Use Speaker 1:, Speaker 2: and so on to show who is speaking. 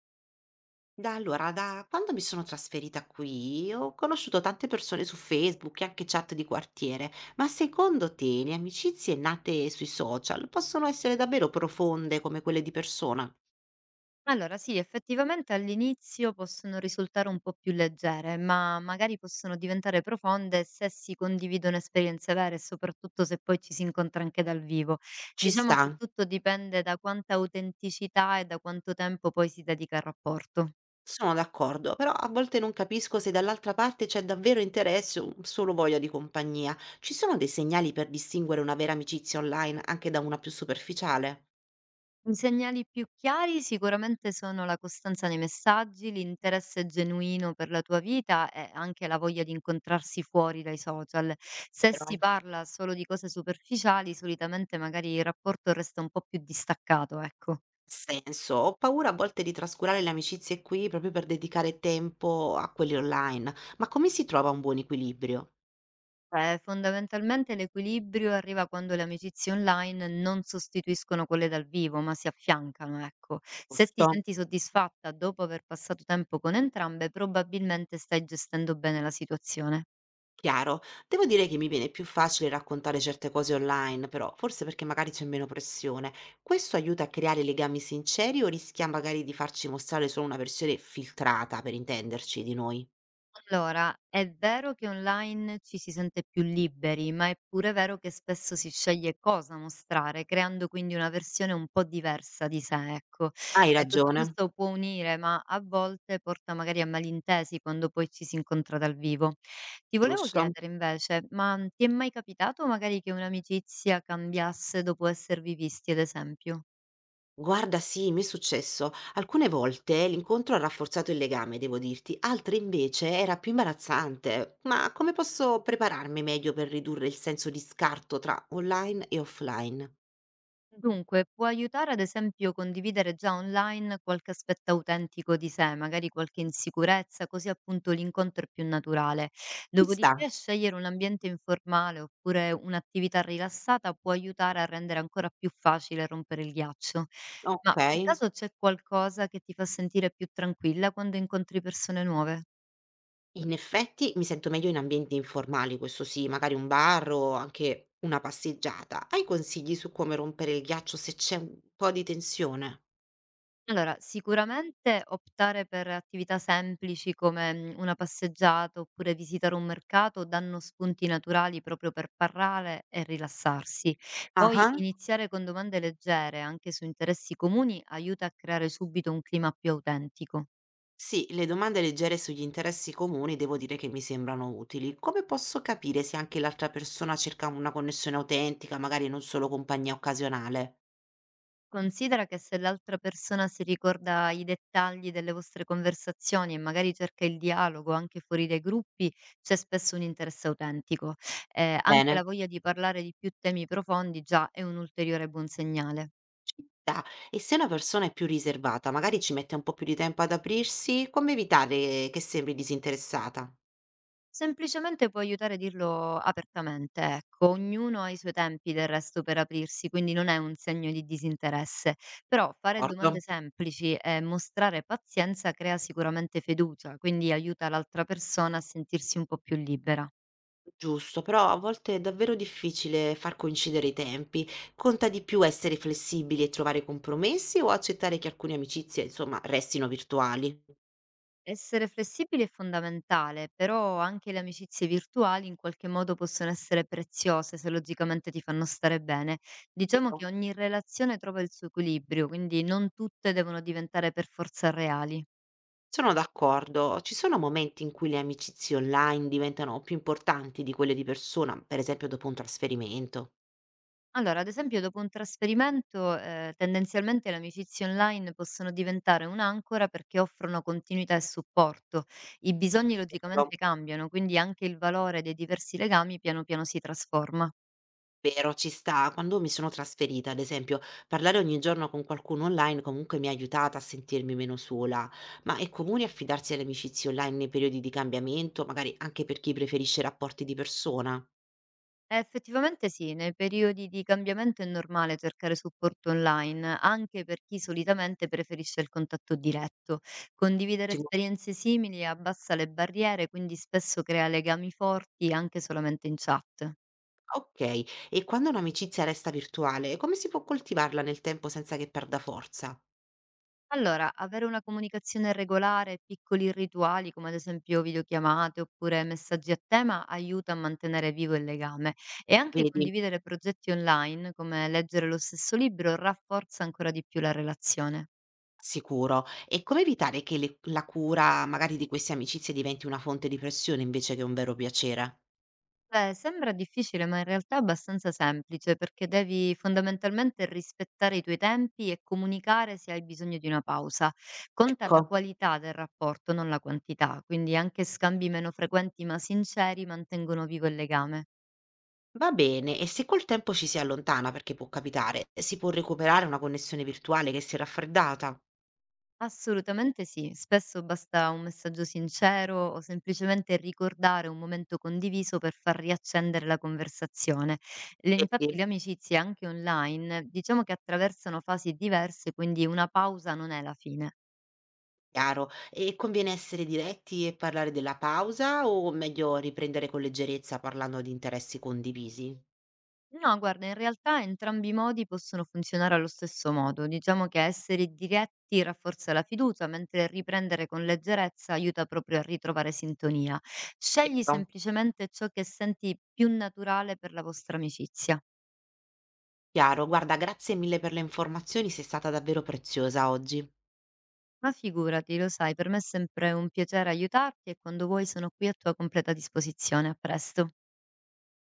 Speaker 1: Da allora, da quando mi sono trasferita qui, ho conosciuto tante persone su Facebook e anche chat di quartiere, ma secondo te le amicizie nate sui social possono essere davvero profonde come quelle di persona?
Speaker 2: Allora sì, effettivamente all'inizio possono risultare un po' più leggere, ma magari possono diventare profonde se si condividono esperienze vere e soprattutto se poi ci si incontra anche dal vivo.
Speaker 1: Ci
Speaker 2: Diciamo
Speaker 1: sta,
Speaker 2: che tutto dipende da quanta autenticità e da quanto tempo poi si dedica al rapporto.
Speaker 1: sono d'accordo, però a volte non capisco se dall'altra parte c'è davvero interesse o solo voglia di compagnia. Ci sono dei segnali per distinguere una vera amicizia online anche da una più superficiale?
Speaker 2: I segnali più chiari sicuramente sono la costanza nei messaggi, l'interesse genuino per la tua vita e anche la voglia di incontrarsi fuori dai social. Se si parla solo di cose superficiali, solitamente magari il rapporto resta un po' più distaccato, ecco.
Speaker 1: Senso, ho paura a volte di trascurare le amicizie qui proprio per dedicare tempo a quelli online, ma come si trova un buon equilibrio?
Speaker 2: Cioè, fondamentalmente l'equilibrio arriva quando le amicizie online non sostituiscono quelle dal vivo, ma si affiancano, ecco. Se ti
Speaker 1: Giusto,
Speaker 2: senti soddisfatta dopo aver passato tempo con entrambe, probabilmente stai gestendo bene la situazione.
Speaker 1: chiaro. Devo dire che mi viene più facile raccontare certe cose online, però forse perché magari c'è meno pressione. Questo aiuta a creare legami sinceri o rischia magari di farci mostrare solo una versione filtrata, per intenderci, di noi?
Speaker 2: Allora, è vero che online ci si sente più liberi, ma è pure vero che spesso si sceglie cosa mostrare, creando quindi una versione un po' diversa di sé, ecco.
Speaker 1: Hai
Speaker 2: E tutto
Speaker 1: ragione,
Speaker 2: questo può unire, ma a volte porta magari a malintesi quando poi ci si incontra dal vivo. Ti volevo
Speaker 1: giusto.
Speaker 2: chiedere invece, ma ti è mai capitato magari che un'amicizia cambiasse dopo esservi visti, ad esempio?
Speaker 1: Guarda, sì, mi è successo. Alcune volte l'incontro ha rafforzato il legame, devo dirti, altre invece era più imbarazzante. Ma come posso prepararmi meglio per ridurre il senso di scarto tra online e offline?
Speaker 2: Dunque, può aiutare ad esempio condividere già online qualche aspetto autentico di sé, magari qualche insicurezza, così appunto l'incontro è più naturale.
Speaker 1: Ci sta,
Speaker 2: Dopodiché scegliere un ambiente informale oppure un'attività rilassata può aiutare a rendere ancora più facile rompere il ghiaccio.
Speaker 1: ok.
Speaker 2: Ma per caso c'è qualcosa che ti fa sentire più tranquilla quando incontri persone nuove?
Speaker 1: In effetti mi sento meglio in ambienti informali, questo sì, magari un bar o anche una passeggiata. Hai consigli su come rompere il ghiaccio se c'è un po' di tensione?
Speaker 2: Allora, sicuramente optare per attività semplici come, una passeggiata oppure visitare un mercato danno spunti naturali proprio per parlare e rilassarsi. Poi
Speaker 1: Ah.
Speaker 2: iniziare con domande leggere, anche su interessi comuni, aiuta a creare subito un clima più autentico.
Speaker 1: Sì, le domande leggere sugli interessi comuni devo dire che mi sembrano utili. Come posso capire se anche l'altra persona cerca una connessione autentica, magari non solo compagnia occasionale?
Speaker 2: Considera che se l'altra persona si ricorda i dettagli delle vostre conversazioni e magari cerca il dialogo anche fuori dai gruppi, c'è spesso un interesse autentico. Anche
Speaker 1: Bene,
Speaker 2: la voglia di parlare di più temi profondi già è un ulteriore buon segnale.
Speaker 1: ci sta. E se una persona è più riservata, magari ci mette un po' più di tempo ad aprirsi, come evitare che sembri disinteressata?
Speaker 2: Semplicemente può aiutare a dirlo apertamente, ecco. Ognuno ha i suoi tempi del resto per aprirsi, quindi non è un segno di disinteresse. Però fare
Speaker 1: D'accordo.
Speaker 2: domande semplici e mostrare pazienza crea sicuramente fiducia, quindi aiuta l'altra persona a sentirsi un po' più libera.
Speaker 1: Giusto, però a volte è davvero difficile far coincidere i tempi. Conta di più essere flessibili e trovare compromessi o accettare che alcune amicizie, insomma, restino virtuali?
Speaker 2: Essere flessibili è fondamentale, però anche le amicizie virtuali in qualche modo possono essere preziose se logicamente ti fanno stare bene. Diciamo
Speaker 1: Vero.
Speaker 2: che ogni relazione trova il suo equilibrio, quindi non tutte devono diventare per forza reali.
Speaker 1: Sono d'accordo. Ci sono momenti in cui le amicizie online diventano più importanti di quelle di persona, per esempio dopo un trasferimento.
Speaker 2: Allora, ad esempio, dopo un trasferimento, tendenzialmente le amicizie online possono diventare un'ancora perché offrono continuità e supporto. I bisogni
Speaker 1: Vero,
Speaker 2: logicamente cambiano, quindi anche il valore dei diversi legami piano piano si trasforma.
Speaker 1: vero, ci sta. Quando mi sono trasferita, ad esempio, parlare ogni giorno con qualcuno online comunque mi ha aiutata a sentirmi meno sola. Ma è comune affidarsi alle amicizie online nei periodi di cambiamento, magari anche per chi preferisce rapporti di persona?
Speaker 2: Effettivamente sì, nei periodi di cambiamento è normale cercare supporto online, anche per chi solitamente preferisce il contatto diretto. Condividere
Speaker 1: Ci-
Speaker 2: esperienze simili abbassa le barriere, quindi spesso crea legami forti anche solamente in chat.
Speaker 1: Ok, e quando un'amicizia resta virtuale, come si può coltivarla nel tempo senza che perda forza?
Speaker 2: Allora, avere una comunicazione regolare e piccoli rituali, come ad esempio videochiamate oppure messaggi a tema, aiuta a mantenere vivo il legame e anche
Speaker 1: Vedi?
Speaker 2: condividere progetti online, come leggere lo stesso libro, rafforza ancora di più la relazione.
Speaker 1: Sicuro. E come evitare che le la cura magari di queste amicizie diventi una fonte di pressione invece che un vero piacere?
Speaker 2: Beh, sembra difficile, ma in realtà è abbastanza semplice perché devi fondamentalmente rispettare i tuoi tempi e comunicare se hai bisogno di una pausa. Conta la
Speaker 1: Ecco.
Speaker 2: qualità del rapporto, non la quantità, quindi anche scambi meno frequenti ma sinceri mantengono vivo il legame.
Speaker 1: Va bene, e se col tempo ci si allontana, perché può capitare, si può recuperare una connessione virtuale che si è raffreddata?
Speaker 2: Assolutamente sì, spesso basta un messaggio sincero o semplicemente ricordare un momento condiviso per far riaccendere la conversazione.
Speaker 1: Vedi,
Speaker 2: Infatti le amicizie anche online diciamo che attraversano fasi diverse, quindi una pausa non è la fine.
Speaker 1: chiaro. E conviene essere diretti e parlare della pausa o meglio riprendere con leggerezza parlando di interessi condivisi?
Speaker 2: No, guarda, in realtà entrambi i modi possono funzionare allo stesso modo. Diciamo che essere diretti rafforza la fiducia, mentre riprendere con leggerezza aiuta proprio a ritrovare sintonia. Scegli
Speaker 1: Ecco.
Speaker 2: semplicemente ciò che senti più naturale per la vostra amicizia.
Speaker 1: Chiaro, guarda, grazie mille per le informazioni, sei stata davvero preziosa oggi.
Speaker 2: Ma figurati, lo sai, per me è sempre un piacere aiutarti e quando vuoi sono qui a tua completa disposizione. A presto.